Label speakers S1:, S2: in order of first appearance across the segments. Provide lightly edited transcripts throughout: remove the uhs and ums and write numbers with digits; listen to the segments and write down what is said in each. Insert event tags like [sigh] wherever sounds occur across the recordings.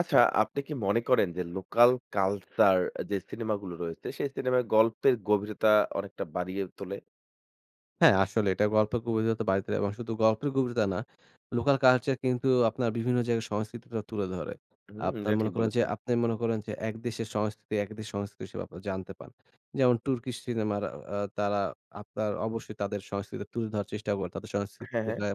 S1: আচ্ছা, আপনি কি মনে করেন যে লোকাল কালচার যে সিনেমাগুলো রয়েছে, সেই সিনেমায় গল্পের গভীরতা অনেকটা বাড়িয়ে তোলে?
S2: হ্যাঁ, আসলে এটা গল্পের গভীরতা বাড়িয়ে দেয় এবং শুধু গল্পের গভীরতা না, লোকাল কালচার কিন্তু আপনার বিভিন্ন জায়গার সংস্কৃতিটা তুলে ধরে।
S1: হুম,
S2: আপনার
S1: এটা ঠিক
S2: মনে করেন যে,
S1: বলেছেন।
S2: আপনি মনে করেন যে, এক দেশের সংস্কৃতি হিসেবে আপনারা জানতে পান। যেমন তুর্কিশ সিনেমার তারা আপনার অবশ্যই তাদের সংস্কৃতি তুলে ধরার চেষ্টা করে। তাদের সংস্কৃতি
S1: হ্যাঁ, হ্যাঁ,
S2: দেখা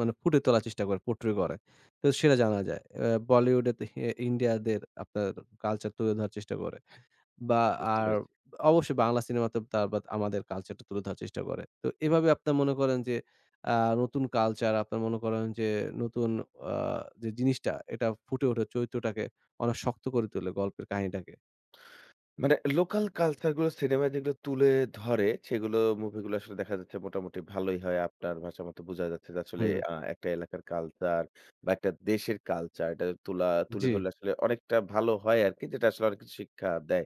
S2: মানে ফুটে তোলার চেষ্টা করে, পোট্রি করে। তো সেটা জানা যায়। বলিউডে তে হে ইন্ডিয়াদের আপনার কালচার তুলে ধরার চেষ্টা করে। বা
S1: বুঝতে
S2: আর
S1: পেরেছি।
S2: অবশ্যই বাংলা সিনেমাতে তার বাদ আমাদের কালচারটা তুলে ধরার চেষ্টা করে। তো এভাবে আপনার মনে করেন যে আ নতুন কালচার আপনার মনে করেন যে নতুন আ যে জিনিসটা এটা ফুটে ওঠে চরিত্রটাকে অনেক শক্ত করে তোলে গল্পের কাহিনীটাকে।
S1: মানে লোকাল কালচার গুলো সিনেমায় যেগুলো তুলে ধরে, সেগুলো মুভিগুলো আসলে দেখা যাচ্ছে মোটামুটি ভালোই হয়। আপনার ভাষা মতো বোঝা যাচ্ছে যে আসলে
S2: হুম।
S1: একটা এলাকার কালচার বা একটা দেশের কালচার এটা তুলে
S2: জি।
S1: ধরলে আসলে অনেকটা ভালো হয় আরকি, যেটা আসলে অনেক কিছু শিক্ষা দেয়।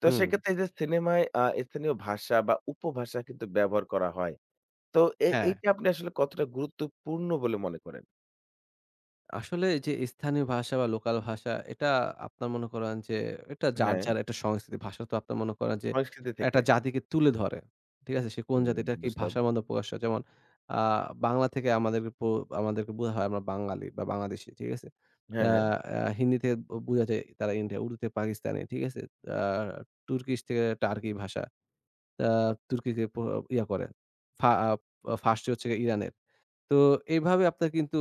S1: তো
S2: হুম।
S1: সেক্ষেত্রে এই যে সিনেমায় স্থানীয় ভাষা বা উপভাষা কিন্তু ব্যবহার করা হয়। তো
S2: হ্যাঁ।
S1: এইটা আপনি আসলে কতটা গুরুত্বপূর্ণ বলে মনে করেন?
S2: আসলে যে স্থানীয় ভাষা বা লোকাল ভাষা এটা আপনার মনে করেন যে এটা যার,
S1: হ্যাঁ,
S2: যার একটা সংস্কৃতি। ভাষা তো আপনার মনে করেন যে
S1: সংস্কৃতি থেকে।
S2: একটা জাতিকে তুলে ধরে। ঠিক আছে? সে কোন
S1: হুম,
S2: জাতি এটা কি
S1: বুঝলাম।
S2: ভাষার মধ্যে প্রকাশ হয়। যেমন আ বাংলা থেকে আমাদেরকে বোঝা হয় আমরা বাঙালি বা বাংলাদেশী। ঠিক আছে?
S1: হ্যাঁ,
S2: আ
S1: হ্যাঁ।
S2: আ হিন্দি থেকে বোঝা যায় তারা ইন্ডিয়া, উর্দু থেকে পাকিস্তানি। ঠিক আছে? আ তুর্কিশ থেকে টার্কি ভাষা। আ তুর্কিকে পো ইয়া করে। ফা আ ফার্সি হচ্ছে গিয়ে ইরানের। তো এইভাবে আপনার কিন্তু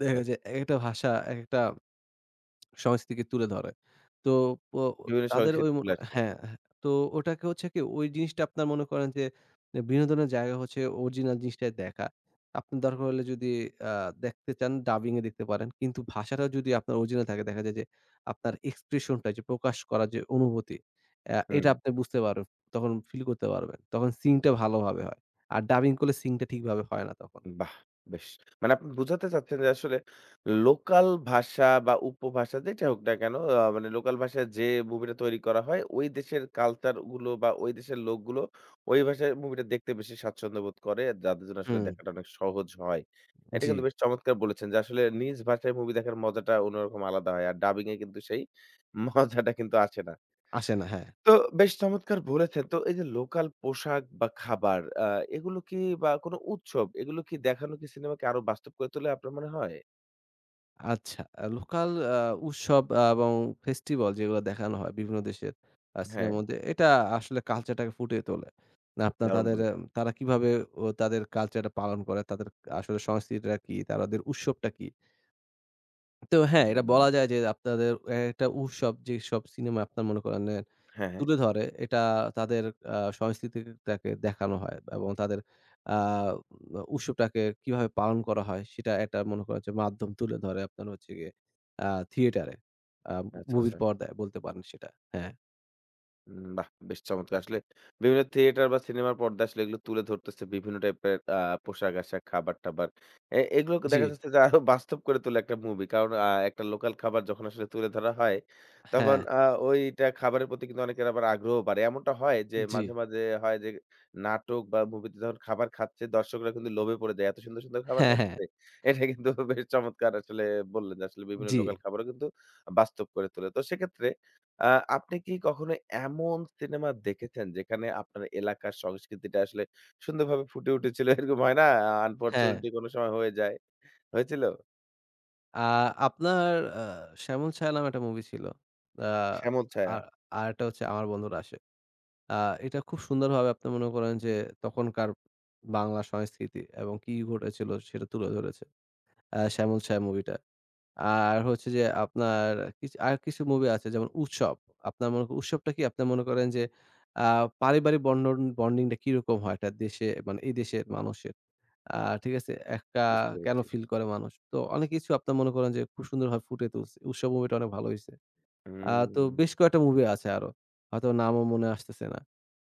S2: দেখা যায় যে একেকটা ভাষা একেকটা সংস্কৃতিকে তুলে ধরে। তো ও
S1: বিভিন্ন
S2: তাদের
S1: সংস্কৃতি
S2: ওই মন
S1: তুলে আসে।
S2: হ্যাঁ, হ্যাঁ। তো ওটাকে হচ্ছে কি ওই জিনিসটা আপনার মনে করেন যে বিনোদনের জায়গা হচ্ছে অরিজিনাল জিনিসটাই দেখা। আপনার দরকার হলে যদি আ দেখতে চান ডাবিং এ দেখতে পারেন। কিন্তু ভাষাটা যদি আপনার অরিজিনাল থাকে দেখা যায় যে আপনার এক্সপ্রেশন টা যে প্রকাশ করার যে অনুভূতি
S1: হুম।
S2: এটা আপনি বুঝতে পারবেন। তখন ফিল করতে পারবেন। তখন সিং টা ভালোভাবে হয়। আর ডাবিং করলে সিং টা ঠিকভাবে হয় না তখন।
S1: বাহ! বেশ। মানে আপনি বুঝাতে চাচ্ছেন যে আসলে লোকাল ভাষা বা উপভাষা যেটাই হোক না কেন, মানে লোকাল ভাষায় যে মুভিটা তৈরি করা হয়, ওই দেশের কালচার গুলো বা ওই দেশের লোকগুলো ওই ভাষায় মুভিটা দেখতে বেশি স্বাচ্ছন্দ্য বোধ করে। যাদের জন্য আসলে
S2: হুম,
S1: দেখাটা অনেক সহজ হয়। এটা
S2: জি।
S1: কিন্তু বেশ চমৎকার বলেছেন যে আসলে নিজ ভাষায় মুভি দেখার মজাটা অন্যরকম আলাদা হয়। আর ডাবিং এ কিন্তু সেই মজাটা কিন্তু আসে না।
S2: আসে না, হ্যাঁ।
S1: তো বেশ চমৎকার বলেছেন। তো এই যে লোকাল পোশাক বা খাবার এগুলো কি বা কোনো উৎসব এগুলো কি দেখানো কি সিনেমাকে আরো বাস্তব করে তোলে আপনার মনে হয়?
S2: আচ্ছা। লোকাল উৎসব এবং ফেস্টিভাল যেগুলো দেখানো হয় বিভিন্ন দেশের
S1: হ্যাঁ,
S2: সিনেমার মধ্যে, এটা আসলে কালচারটাকে ফুটিয়ে তোলে। না আপনার
S1: দারুণ
S2: তাদের
S1: বলেছেন।
S2: তারা কিভাবে ও তাদের কালচারটা পালন করে, তাদের আসলে সংস্কৃতিটা কি, তাদের উৎসবটা কি? তো হ্যাঁ, এটা
S1: হুম,
S2: বলা যায় যে আপনাদের একটা উৎসব যেসব সিনেমা আপনার মনে করেন
S1: হ্যাঁ, হ্যাঁ।
S2: তুলে ধরে এটা তাদের আ সংস্কৃতিটাকে দেখানো হয় এবং তাদের আ উৎসবটাকে কিভাবে পালন করা হয় সেটা একটা মনে করেন যে মাধ্যম তুলে ধরে আপনার হচ্ছে গিয়ে আ থিয়েটারে। আ
S1: আচ্ছা,
S2: মুভির
S1: আচ্ছা।
S2: পর্দায় বলতে পারেন সেটা। হ্যাঁ।
S1: বাহ! বেশ চমৎকার। আসলে বিভিন্ন থিয়েটার বা সিনেমার পর্দায় আসলে এগুলো তুলে ধরতেছে বিভিন্ন টাইপের পোশাক-আশাক, খাবার-টাবার। এগুলোকে
S2: জি।
S1: দেখা যাচ্ছে যে আরো বাস্তব করে তোলে একটা মুভি। কারণ একটা লোকাল খাবার যখন আসলে তুলে ধরা হয়, তখন
S2: হ্যাঁ,
S1: ওইটা খাবারের প্রতি কিন্তু অনেকের আবার আগ্রহ বাড়ে। এমনটা হয় যে
S2: জি।
S1: মাঝে, মাঝে হয় যে নাটক বা মুভিতে যখন খাবার খাচ্ছে দর্শকরা কিন্তু লোভে পড়ে যায়। এত সুন্দর, সুন্দর খাবার
S2: হ্যাঁ, হ্যাঁ।
S1: খাচ্ছে। এটা কিন্তু বেশ চমৎকার আসলে বললেন যে আসলে বিভিন্ন
S2: জি।
S1: লোকাল খাবারও কিন্তু বাস্তব করে তোলে। তো সেক্ষেত্রে আ আপনি কি কখনো এমন সিনেমা দেখেছেন যেখানে আপনার এলাকার সংস্কৃতিটা আসলে সুন্দরভাবে ফুটে উঠেছিল? এরকম হয় না?
S2: হ্যাঁ।
S1: আনফরচুনেটলি কোনো সময় হয়ে যায়। হয়েছিল?
S2: আ আপনার আ 'শ্যামল ছায়া' নামে একটা মুভি ছিল। আ
S1: 'শ্যামল ছায়া'
S2: আর আরেকটা হচ্ছে 'আমার বন্ধুরা আসে।' আ এটা খুব সুন্দরভাবে আপনি মনে করেন যে তখনকার বাংলা সংস্কৃতি এবং কি ঘটেছিল সেটা তুলে ধরেছে। 'শ্যামল ছায়া' মুভিটা। আর হচ্ছে যে আপনার কিছু মুভি আছে যেমন 'উৎসব'। আপনার মনে করেন 'উৎসবটা' কি আপনি মনে করেন যে আ পারিবারিক বন্ডিংটা কিরকম হয় একটা দেশে মানে এই দেশের মানুষের। আ ঠিক আছে? একা
S1: বুঝতে
S2: কেন
S1: পেরেছি।
S2: ফিল করে মানুষ। তো অনেক কিছু আপনার মনে করেন যে খুব সুন্দরভাবে ফুটিয়ে তুলছে। 'উৎসব' মুভিটা অনেক ভালো হইছে। তো
S1: হুম।
S2: বেশ কয়েকটা মুভি আছে আরো। হয়তো নামও মনে আসতেছে না।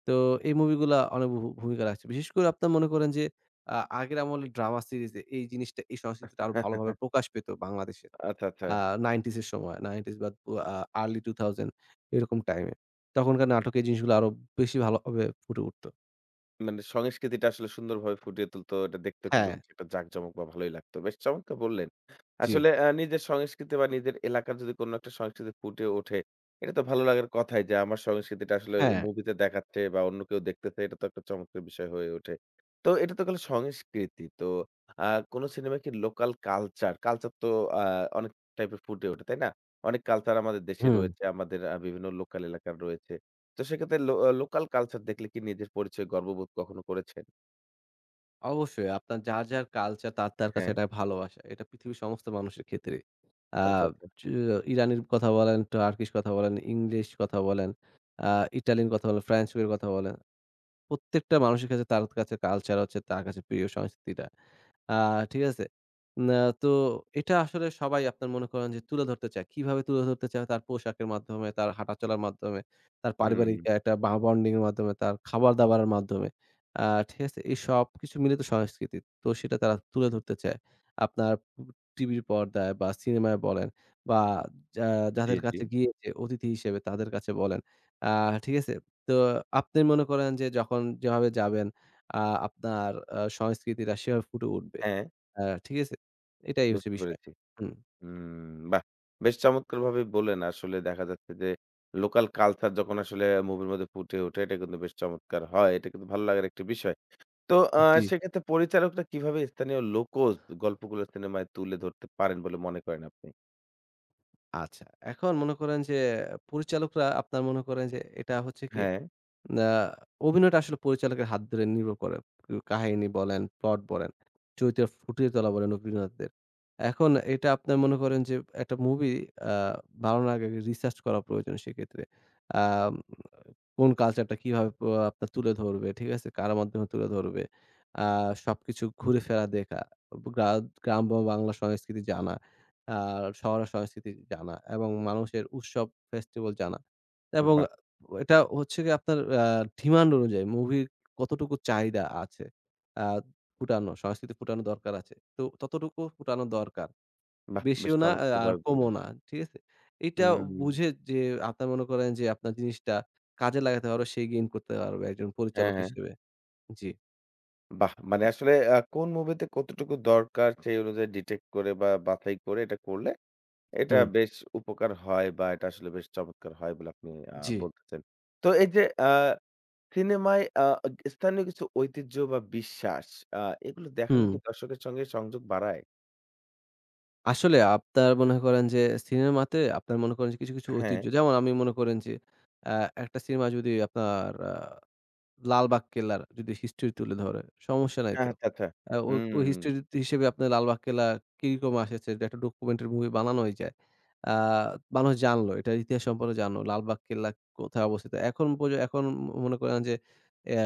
S2: তো এই মুভিগুলা অনেক ভূমিকা রাখছে। বিশেষ করে আপনার মনে করেন যে আগের আমলের ড্রামা সিরিজে এই জিনিসটা এই সংস্কৃতিটা আরো ভালোভাবে
S1: [laughs]
S2: প্রকাশ পেত বাংলাদেশে।
S1: আচ্ছা, আচ্ছা।
S2: আ 90s এর সময় 90s বা উ আ আর্লি 2000 এরকম টাইমে। তখনকার নাটকে এই জিনিসগুলো আরো বেশি ভালোভাবে ফুটে উঠত।
S1: মানে সংস্কৃতিটা আসলে সুন্দরভাবে ফুটিয়ে তুলতো। এটা দেখতেও কিন্তু
S2: হ্যাঁ,
S1: বেশ একটা জাঁকজমক বা ভালোই লাগতো। বেশ চমৎকার বললেন।
S2: জি।
S1: আসলে নিজের সংস্কৃতি বা নিজের এলাকার যদি কোনো একটা সংস্কৃতি ফুটে ওঠে, এটা তো ভালো লাগার কথাই যে আমার সংস্কৃতিটা আসলে
S2: হ্যাঁ,
S1: মুভিতে দেখাচ্ছে বা অন্য কেউ দেখতেছে। এটা তো একটা চমৎকার বিষয় হয়ে ওঠে। তো এটা তো গেল সংস্কৃতি। তো আ কোন সিনেমায় কি লোকাল কালচার তো আ অনেক টাইপের ফুটে ওঠে, তাই না? অনেক কালচার আমাদের দেশে
S2: হুম।
S1: রয়েছে, আমাদের বিভিন্ন লোকাল এলাকার রয়েছে। তো সেক্ষেত্রে লো আ লোকাল কালচার দেখলে কি নিজের পরিচয়ে গর্ববোধ কখনো করেছেন?
S2: অবশ্যই আপনার যার, যার কালচার তার, তার কাছে
S1: হ্যাঁ,
S2: এটা ভালোবাসা। এটা পৃথিবীর সমস্ত মানুষের ক্ষেত্রেই। আ
S1: আচ্ছা, আচ্ছা।
S2: চু ইরানির কথা বলেন, টার্কিশ কথা বলেন, ইংলিশ কথা বলেন, আ ইটালিয়ান কথা বলেন, ফ্রেঞ্চের কথা বলেন। প্রত্যেকটা মানুষের কাছে তার কাছে কালচার হচ্ছে তার কাছে প্রিয় সংস্কৃতিটা। আ ঠিক আছে? না তো এটা আসলে সবাই আপনার মনে করেন যে তুলে ধরতে চায়। কিভাবে তুলে ধরতে চায়? তার পোশাকের মাধ্যমে, তার হাঁটাচলার মাধ্যমে, তার
S1: হুম,
S2: পারিবারিক একটা বা বন্ডিং এর মাধ্যমে, তার খাবার-দাবারের মাধ্যমে। আ ঠিক আছে? এই সবকিছু মিলে তো সংস্কৃতি। তো সেটা তারা তুলে ধরতে চায়। আপনার টিভির পর্দায় বা সিনেমায় বলেন বা যা
S1: জি,
S2: যাদের
S1: জি।
S2: কাছে গিয়েছে অতিথি হিসেবে তাদের কাছে বলেন। আ ঠিক আছে? তো আপনি মনে করেন যে যখন যেভাবে যাবেন আ আপনার সংস্কৃতিটা সেভাবে ফুটে উঠবে।
S1: হ্যাঁ,
S2: ঠিক আছে? এটাই হচ্ছে
S1: বুঝতে
S2: বিষয়।
S1: পেরেছি।
S2: হুম।
S1: হুম, বাহ! বেশ চমৎকারভাবে বললেন। আসলে দেখা যাচ্ছে যে লোকাল কালচার যখন আসলে মুভির মধ্যে ফুটে ওঠে, এটা কিন্তু বেশ চমৎকার হয়। এটা কিন্তু ভালো লাগার একটি বিষয়। তো
S2: জি।
S1: সেক্ষেত্রে পরিচালকরা কিভাবে স্থানীয় লোকজ গল্পগুলো সিনেমায় তুলে ধরতে পারেন বলে মনে করেন আপনি?
S2: আচ্ছা। এখন মনে করেন যে পরিচালকরা আপনার মনে করেন যে এটা হচ্ছে কি
S1: হ্যাঁ,
S2: আ অভিনয়টা আসলে পরিচালকের হাত ধরে নির্ভর করে। কাহিনী বলেন, প্লট বলেন, চরিত্রের ফুটিয়ে তোলা বলেন অভিনেতাদের। এখন এটা আপনার মনে করেন যে একটা মুভি আ বানানোর আগে রিসার্চ করা প্রয়োজন সেক্ষেত্রে। আম কোন কালচারটা কিভাবে আপনার তুলে ধরবে, ঠিক আছে? কার মাধ্যমে তুলে ধরবে। আ সবকিছু ঘুরে ফেরা দেখা। গ্রা গ্রাম বা বাংলা সংস্কৃতি জানা, আ শহরের সংস্কৃতি জানা এবং মানুষের উৎসব ফেস্টিভাল জানা এবং
S1: বাহ!
S2: এটা হচ্ছে গিয়ে আপনার ডিমান্ড অনুযায়ী মুভির কতটুকু চাহিদা আছে। আ ফুটানো, সংস্কৃতি ফুটানো দরকার আছে। তো ততটুকু ফুটানো দরকার।
S1: বাহ! বেশ
S2: বেশিও না আর
S1: চমৎকারভাবে
S2: কমও
S1: বললেন।
S2: না। ঠিক আছে? এইটা
S1: হুম,
S2: বুঝে যে আপনার মনে করেন যে আপনার জিনিসটা কাজে লাগাতে পারবে, সে গেইন করতে পারবে একজন
S1: হ্যাঁ,
S2: পরিচালক
S1: হ্যাঁ।
S2: হিসেবে। জি।
S1: বাহ! মানে আসলে কোন মুভিতে কতটুকু দরকার সেই অনুযায়ী ডিটেক্ট করে বা বাছাই করে এটা করলে এটা
S2: হুম।
S1: বেশ উপকার হয় বা এটা আসলে বেশ চমৎকার হয় বলে আপনি
S2: জি।
S1: বলতেছেন। তো এই যে সিনেমায় স্থানীয় কিছু ঐতিহ্য বা বিশ্বাস আ এগুলো দেখানো
S2: হুম।
S1: কি দর্শকের সঙ্গে সংযোগ বাড়ায়?
S2: আসলে আপনার মনে করেন যে সিনেমাতে আপনার মনে করেন যে কিছু
S1: হ্যাঁ।
S2: ঐতিহ্য যেমন আমি মনে করেন যে আ একটা সিনেমা যদি আপনার লালবাগ কেল্লার যদি হিস্ট্রি তুলে ধরে, সমস্যা নাই তো।
S1: আচ্ছা, আচ্ছা।
S2: আ ও
S1: হুম,
S2: ওই হিস্ট্রি হিসেবে আপনার লালবাগ কেল্লা কিরকম এসেছে? এটা একটা ডকুমেন্টারি মুভি বানানো হইছে। আ মানুষ জানলো, এটার ইতিহাস সম্পর্কে জানলো। লালবাগ কেল্লা কোথায় অবস্থিত। এখন মনে করেন যে অ্যা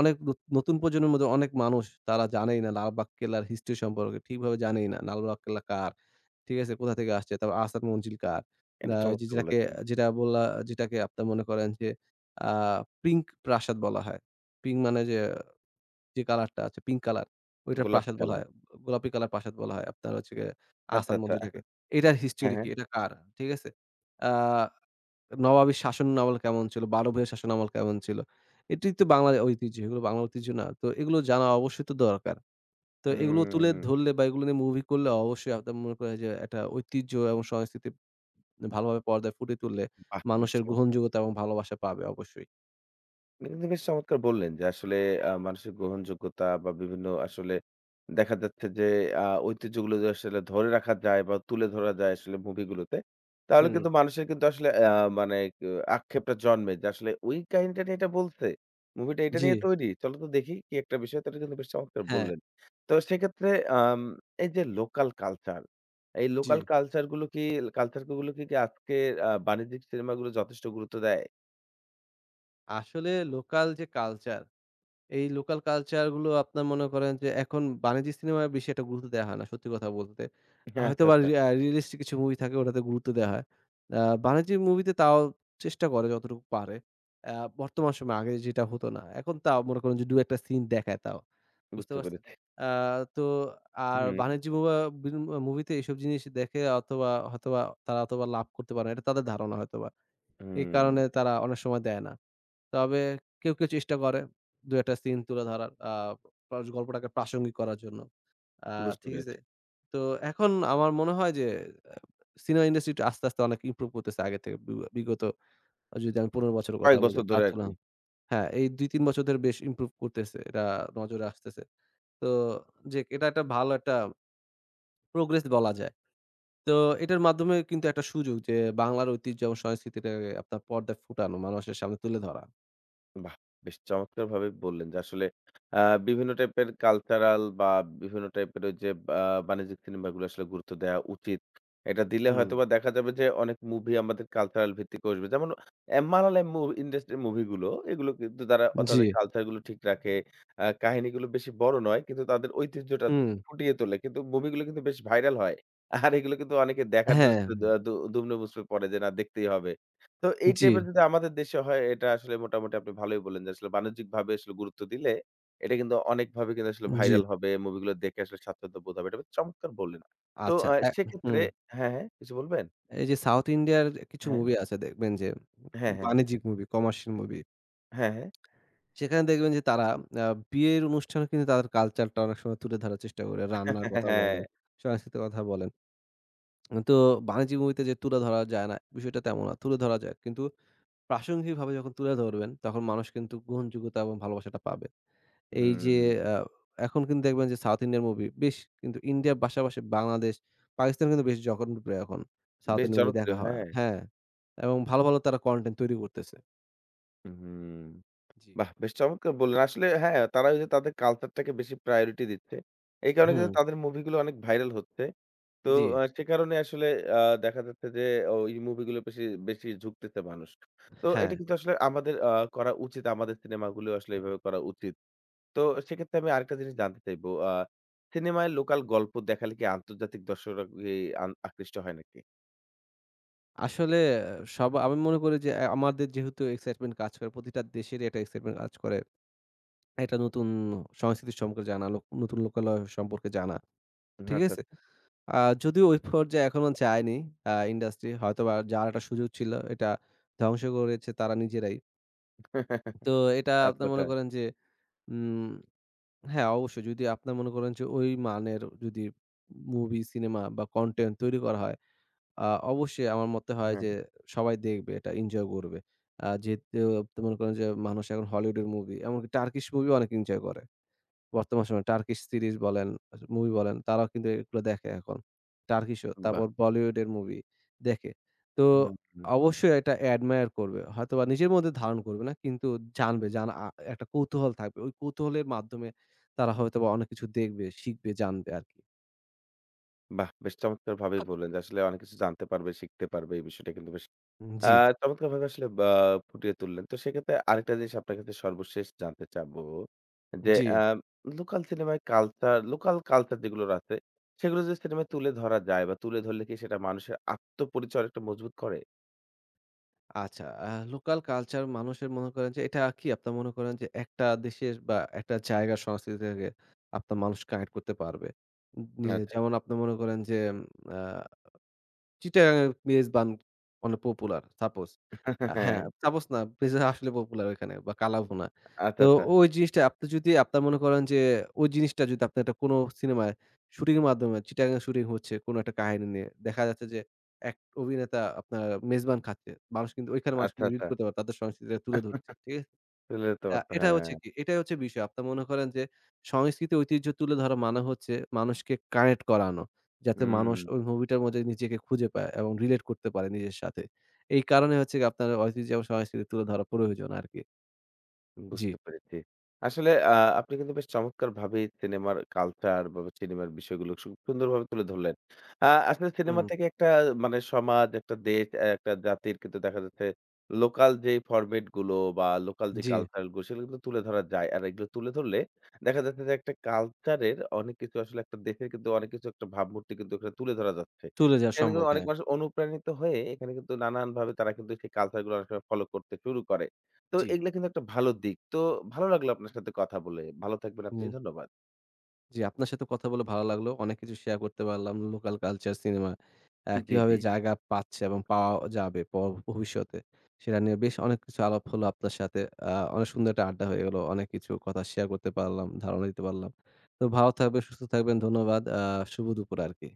S2: অনেক নতুন প্রজন্মের মধ্যে অনেক মানুষ তারা জানেই না লালবাগ কেল্লার হিস্ট্রি সম্পর্কে। ঠিকভাবে জানেই না। লালবাগ কেল্লা কার? ঠিক আছে? কোথা থেকে আসছে? তারপর আহসান মঞ্জিল কার?
S1: এটা
S2: আ যে
S1: চমৎকার
S2: যেটাকে
S1: বলেছেন।
S2: যেটা বললা যেটাকে আপনার মনে করেন যে আ পিঙ্ক প্রাসাদ বলা হয়। পিঙ্ক মানে যে যে কালারটা আছে পিঙ্ক কালার, ওইটার
S1: গোলাপি
S2: প্রাসাদ বলা
S1: কালার।
S2: হয়। গোলাপি কালার প্রাসাদ বলা হয়। আপনার হচ্ছে গিয়ে
S1: আচ্ছা,
S2: আহসান
S1: আচ্ছা।
S2: মঞ্জিলটাকে। এটার
S1: হ্যাঁ,
S2: হিস্টোরি কি?
S1: হ্যাঁ।
S2: এটা কার? ঠিক আছে? আ নবাবী শাসন আমল কেমন ছিল? বারো ভাইয়ের শাসন আমল কেমন ছিল? এটি তো বাংলার ঐতিহ্য। এগুলো বাংলার ঐতিহ্য না। তো এগুলো জানা অবশ্যই তো দরকার। তো এগুলো তুলে
S1: হুম,
S2: ধরলে বা এগুলো নিয়ে মুভি করলে অবশ্যই আপনার মনে করেন যে একটা ঐতিহ্য এবং সংস্কৃতি ভালোভাবে পর্দায় ফুটিয়ে তুললে
S1: বাহ! বেশ
S2: মানুষের
S1: চমৎকার।
S2: গ্রহণযোগ্যতা এবং ভালোবাসা পাবে অবশ্যই।
S1: এটা কিন্তু বেশ চমৎকার বললেন যে আসলে মানুষের গ্রহণযোগ্যতা বা বিভিন্ন আসলে দেখা যাচ্ছে যে ঐতিহ্যগুলো যদি আসলে ধরে রাখা যায় বা তুলে ধরা যায় আসলে মুভিগুলোতে, তাহলে
S2: হুম।
S1: কিন্তু মানুষের কিন্তু আসলে মানে আ আক্ষেপটা জন্মে যে আসলে ওই কাহিনীটা নিয়ে এটা বলছে। মুভিটা এটা
S2: জি,
S1: নিয়ে তৈরি। চলো তো দেখি কি একটা বিষয়। তো এটা কিন্তু বেশ চমৎকার
S2: হ্যাঁ।
S1: বললেন। তো সেক্ষেত্রে আম এই যে লোকাল কালচার, এই
S2: জি।
S1: লোকাল কালচার গুলো কি আজকের বাণিজ্যিক সিনেমাগুলো যথেষ্ট গুরুত্ব দেয়?
S2: আসলে লোকাল যে কালচার এই লোকাল কালচার গুলো আপনার মনে করেন যে এখন বাণিজ্যিক সিনেমায় বেশি একটা গুরুত্ব দেয়া হয় না সত্যি কথা বলতে।
S1: [laughs] আচ্ছা,
S2: হয়তোবা
S1: আচ্ছা
S2: রি আ রিয়ালিস্টিক কিছু মুভি থাকে ওটাতে গুরুত্ব দেয়া হয়। আ বাণিজ্যিক মুভিতে তাও চেষ্টা করে যতটুকু পারে। আ বর্তমান সময়ে আগে যেটা হতো না। এখন তাও মনে করেন যে ২ ১ টা সিন দেখায় তাও। বুঝতে
S1: বুঝতে
S2: পারছেন?
S1: পেরেছি।
S2: আ তো আর
S1: হুম,
S2: বাণিজ্যিক মুভা বিন মুভিতে এসব জিনিস দেখে অথবা হয়তোবা তারা অথবা লাভ করতে পারে না। এটা তাদের ধারণা হয়তোবা। এই
S1: হুম।
S2: কারণে তারা অনেক সময় দেয় না। তবে কেউ চেষ্টা করে ২ ১ টা সিন তুলে ধরার আ প্রাস গল্পটাকে প্রাসঙ্গিক করার জন্য। আ
S1: বুঝতে
S2: ঠিক আছে?
S1: পেরেছি।
S2: তো এখন আমার মনে হয় যে সিনেমা ইন্ডাস্ট্রিটা আস্তে আস্তে অনেক ইমপ্রুভ করতেছে আগের থেকে। বিগত যদি আমি ১৫ বছরের কথা
S1: কয়েক
S2: বলি
S1: বছর
S2: তার
S1: ধরে আরকি।
S2: তুলনায় হ্যাঁ, এই ২-৩ বছর ধরে বেশ ইমপ্রুভ করতেছে। এটা নজরে আসতেছে। তো যে এটা একটা ভালো একটা প্রোগ্রেস বলা যায়। তো এটার মাধ্যমে কিন্তু একটা সুযোগ যে বাংলার ঐতিহ্য এবং সংস্কৃতিটাকে আপনার পর্দায় ফুটানো, মানুষের সামনে তুলে ধরা।
S1: বাহ! বেশ চমৎকারভাবে বললেন যে আসলে আ বিভিন্ন টাইপের কালচারাল বা বিভিন্ন টাইপের ওই যে আ বাণিজ্যিক সিনেমাগুলো আসলে গুরুত্ব দেয়া উচিত। এটা দিলে
S2: হুম।
S1: হয়তোবা দেখা যাবে যে অনেক মুভি আমাদের কালচারাল ভিত্তিক আসবে। যেমন মালায়ালাম ইন্ডাস্ট্রির মুভিগুলো এগুলো কিন্তু তারা
S2: জি।
S1: তাদের কালচার গুলো ঠিক রাখে। কাহিনীগুলো বেশি বড় নয় কিন্তু তাদের ঐতিহ্যটা
S2: হুম।
S1: ফুটিয়ে তোলে। কিন্তু মুভিগুলো কিন্তু বেশ ভাইরাল হয়। আর এগুলো কিন্তু অনেকে দেখার জন্য
S2: হ্যাঁ।
S1: আসলে দু দু দুমড়ে-মুচড়ে পড়ে যে না দেখতেই হবে। তো এই
S2: জি,
S1: টাইপের যদি আমাদের দেশে হয় এটা আসলে মোটামুটি আপনি ভালোই বললেন যে আসলে বাণিজ্যিকভাবে আসলে গুরুত্ব দিলে এটা কিন্তু অনেকভাবে কিন্তু আসলে
S2: জি।
S1: ভাইরাল হবে। মুভিগুলো দেখে আসলে স্বাচ্ছন্দ্য বোধ হবে। এটা আপনি চমৎকার বললেন। তো
S2: আচ্ছা এ
S1: সেক্ষেত্রে
S2: হুম।
S1: হ্যাঁ, হ্যাঁ, কিছু বলবেন?
S2: এই যে সাউথ ইন্ডিয়ার কিছু
S1: হ্যাঁ,
S2: মুভি আছে দেখবেন যে
S1: হ্যাঁ, হ্যাঁ, হ্যাঁ,
S2: বাণিজ্যিক মুভি, কমার্শিয়াল মুভি।
S1: হ্যাঁ,
S2: সেখানে দেখবেন যে তারা আ বিয়ের অনুষ্ঠানে কিন্তু তাদের কালচারটা অনেক সময় তুলে ধরার চেষ্টা করে। রান্নার
S1: হ্যাঁ,
S2: কথা
S1: হ্যাঁ,
S2: বলেন, সংস্কৃতির কথা বলেন। তো বাণিজ্যিক মুভিতে যে তুলে ধরা যায় না, বিষয়টা তেমন না। তুলে ধরা যায়। কিন্তু প্রাসঙ্গিকভাবে যখন তুলে ধরবেন, তখন মানুষ কিন্তু গ্রহণযোগ্যতা এবং ভালোবাসাটা পাবে। এই যে
S1: হুম,
S2: আ এখন কিন্তু দেখবেন যে সাউথ ইন্ডিয়ান মুভি বেশ কিন্তু ইন্ডিয়ার পাশাপাশি বাংলাদেশ, পাকিস্তান কিন্তু বেশ জনপ্রিয় এখন। সাউথ
S1: বেশ
S2: ইন্ডিয়ান মুভি দেখা
S1: জনপ্রিয়।
S2: হয়।
S1: হ্যাঁ,
S2: হ্যাঁ, এবং ভালো ভালো তারা কনটেন্ট তৈরি করতেছে।
S1: হুম।
S2: জি।
S1: বাহ! বেশ চমৎকার বললেন। আসলে হ্যাঁ, তারা ওই যে তাদের কালচারটাকে বেশি প্রায়োরিটি দিচ্ছে। এই কারণে কিন্তু
S2: হুম,
S1: তাদের মুভিগুলো অনেক ভাইরাল হচ্ছে। তো
S2: জি।
S1: সে কারণে আসলে দেখা যাচ্ছে যে ওই মুভিগুলো বেশি, বেশি ঝুঁকতেছে মানুষ। তো
S2: হ্যাঁ,
S1: এটা কিন্তু আসলে আমাদের করা উচিত। আমাদের সিনেমাগুলো আসলে এভাবে করা উচিত। তো সেক্ষেত্রে আমি আরেকটা জিনিস জানতে চাইবো। সিনেমায় লোকাল গল্প দেখালে কি আন্তর্জাতিক দর্শকরা কি আকৃষ্ট হয় নাকি?
S2: আসলে সব আমি মনে করি যে আমাদের যেহেতু এক্সাইটমেন্ট কাজ করে, প্রতিটা দেশেরই একটা এক্সাইটমেন্ট কাজ করে। একটা নতুন সংস্কৃতি সম্পর্কে জানা, নতুন লোকালয় সম্পর্কে জানা।
S1: আচ্ছা,
S2: ঠিক
S1: আচ্ছা।
S2: আছে? আ যদিও ওই পর্যায়ে এখনো যায়নি ইন্ডাস্ট্রি। হয়তোবা যার একটা সুযোগ ছিল এটা ধ্বংস করেছে তারা নিজেরাই। তো
S1: [laughs]
S2: এটা
S1: আচ্ছা,
S2: আপনার
S1: আচ্ছা।
S2: মনে করেন যে উম হ্যাঁ, অবশ্যই যদি আপনার মনে করেন যে ওই মানের যদি মুভি, সিনেমা বা কনটেন্ট তৈরি করা হয়, আ অবশ্যই আমার মতে হয়
S1: হ্যাঁ,
S2: যে সবাই দেখবে এটা এনজয় করবে। যেহেতু আপনি মনে করেন যে মানুষ এখন হলিউডের মুভি এমনকি টার্কিশ মুভিও অনেক এনজয় করে। বর্তমান সময়ে টার্কিশ সিরিজ বলেন, মুভি বলেন তারাও কিন্তু এগুলো দেখে এখন। টার্কিশ ও
S1: বাহ!
S2: তারপর বলিউডের মুভি দেখে। তো
S1: হুম, হুম।
S2: অবশ্যই এটা অ্যাডমায়ার করবে। হয়তোবা নিজের মধ্যে ধারণ করবে না কিন্তু জানবে জানা আ একটা কৌতূহল থাকবে। ওই কৌতূহলের মাধ্যমে তারা হয়তোবা অনেক কিছু দেখবে, শিখবে, জানবে আরকি।
S1: বাহ! বেশ চমৎকারভাবেই বললেন যে, আসলে অনেক কিছু জানতে পারবে, শিখতে পারবে। এই বিষয়টা কিন্তু বেশ আ
S2: জি,
S1: চমৎকারভাবে আসলে বা ফুটিয়ে তুললেন। তো সেক্ষেত্রে আরেকটা জিনিস আপনার কাছে সর্বশেষ জানতে চাবো যে,
S2: জি।
S1: আ লোকাল সিনেমায় কালচার, লোকাল কালচার যেগুলোর আছে, সেগুলো যদি সিনেমায় তুলে ধরা যায় বা তুলে ধরলে কি সেটা মানুষের আত্মপরিচয় অনেকটা মজবুত করে?
S2: আচ্ছা, লোকাল কালচার মানুষের মনে করেন যে এটা কি আপনার মনে করেন যে একটা দেশের বা একটা জায়গার সংস্কৃতি থেকে আপনার মানুষ কানেক্ট করতে পারবে।
S1: আচ্ছা।
S2: যেমন আপনি মনে করেন যে উম আ চিটাগাং এর মেজবান অনেক পপুলার সাপোজ।
S1: হ্যাঁ।
S2: হ্যাঁ, সাপোজ না পিজা আসলে পপুলার ওইখানে বা কালাভুনা।
S1: আচ্ছা,
S2: তো
S1: আচ্ছা।
S2: ওই জিনিসটা আপনি যদি আপনার মনে করেন যে ওই জিনিসটা যদি আপনি একটা কোনো সিনেমায় শুটিং এর মাধ্যমে চিটাগাং এ শুটিং হচ্ছে কোনো একটা কাহিনী নিয়ে। দেখা যাচ্ছে যে এক অভিনেতা আপনার মেজবান খাচ্ছে। মানুষ কিন্তু ওইখানে মানুষ
S1: আচ্ছা,
S2: কিন্তু রিলেট
S1: আচ্ছা।
S2: করতে
S1: আচ্ছা।
S2: পারে। তাদের সংস্কৃতিটা তুলে ধরছে। ঠিক আছে?
S1: তুলে ধরতে পারতো।
S2: এটা
S1: হ্যাঁ।
S2: হচ্ছে কি? এটাই হচ্ছে বিষয়। আপনি মনে করেন যে সংস্কৃতি ঐতিহ্য তুলে ধরা মানে হচ্ছে মানুষকে কানেক্ট করানো। যাতে
S1: হুম।
S2: মানুষ ওই মুভিটার মধ্যে নিজেকে খুঁজে পায় এবং রিলেট করতে পারে নিজের সাথে। এই কারণে হচ্ছে গিয়ে আপনার ঐতিহ্য এবং সংস্কৃতি তুলে ধরা প্রয়োজন আরকি। জি।
S1: বুঝতে পেরেছি। আসলে আপনি কিন্তু বেশ চমৎকারভাবেই সিনেমার কালচার বা সিনেমার বিষয়গুলো সুন্দরভাবে তুলে ধরলেন। আসলে সিনেমা
S2: হুম,
S1: থেকে একটা মানে সমাজ, একটা দেশ, একটা জাতির কিন্তু দেখা যাচ্ছে লোকাল যে ফরমেট গুলো বা লোকাল যে
S2: জি।
S1: কালচার গুলো সেগুলো কিন্তু তুলে ধরা যায়। আর এগুলো তুলে ধরলে দেখা যাচ্ছে যে একটা কালচারের অনেক কিছু আসলে একটা দেশের কিন্তু অনেক কিছু একটা ভাবমূর্তি কিন্তু এখানে তুলে ধরা যাচ্ছে।
S2: চলে যাওয়া
S1: এখানে
S2: সম্ভব।
S1: কিন্তু অনেক
S2: হ্যাঁ।
S1: মানুষ অনুপ্রাণিত হয়ে এখানে কিন্তু নানানভাবে তারা কিন্তু সেই কালচার গুলো অনেক সময় ফলো করতে শুরু করে। তো
S2: জি।
S1: এগুলা কিন্তু একটা ভালো দিক। তো ভালো লাগলো আপনার সাথে কথা বলে। ভালো থাকবেন আপনি।
S2: হুম।
S1: ধন্যবাদ।
S2: জি, আপনার সাথে কথা বলে ভালো লাগলো। অনেক কিছু শেয়ার করতে পারলাম। লোকাল কালচার, সিনেমা
S1: জি,
S2: কিভাবে
S1: জি।
S2: জায়গা পাচ্ছে এবং পাওয়া যাবে ভবিষ্যতে। সেটা নিয়ে বেশ অনেক কিছু আলাপ হলো আপনার সাথে। অনেক সুন্দর একটা আড্ডা হয়ে গেল। অনেক কিছু কথা শেয়ার করতে পারলাম, ধারণা দিতে পারলাম। তো ভালো থাকবেন, সুস্থ থাকবেন। ধন্যবাদ। শুভ দুপুর আরকি।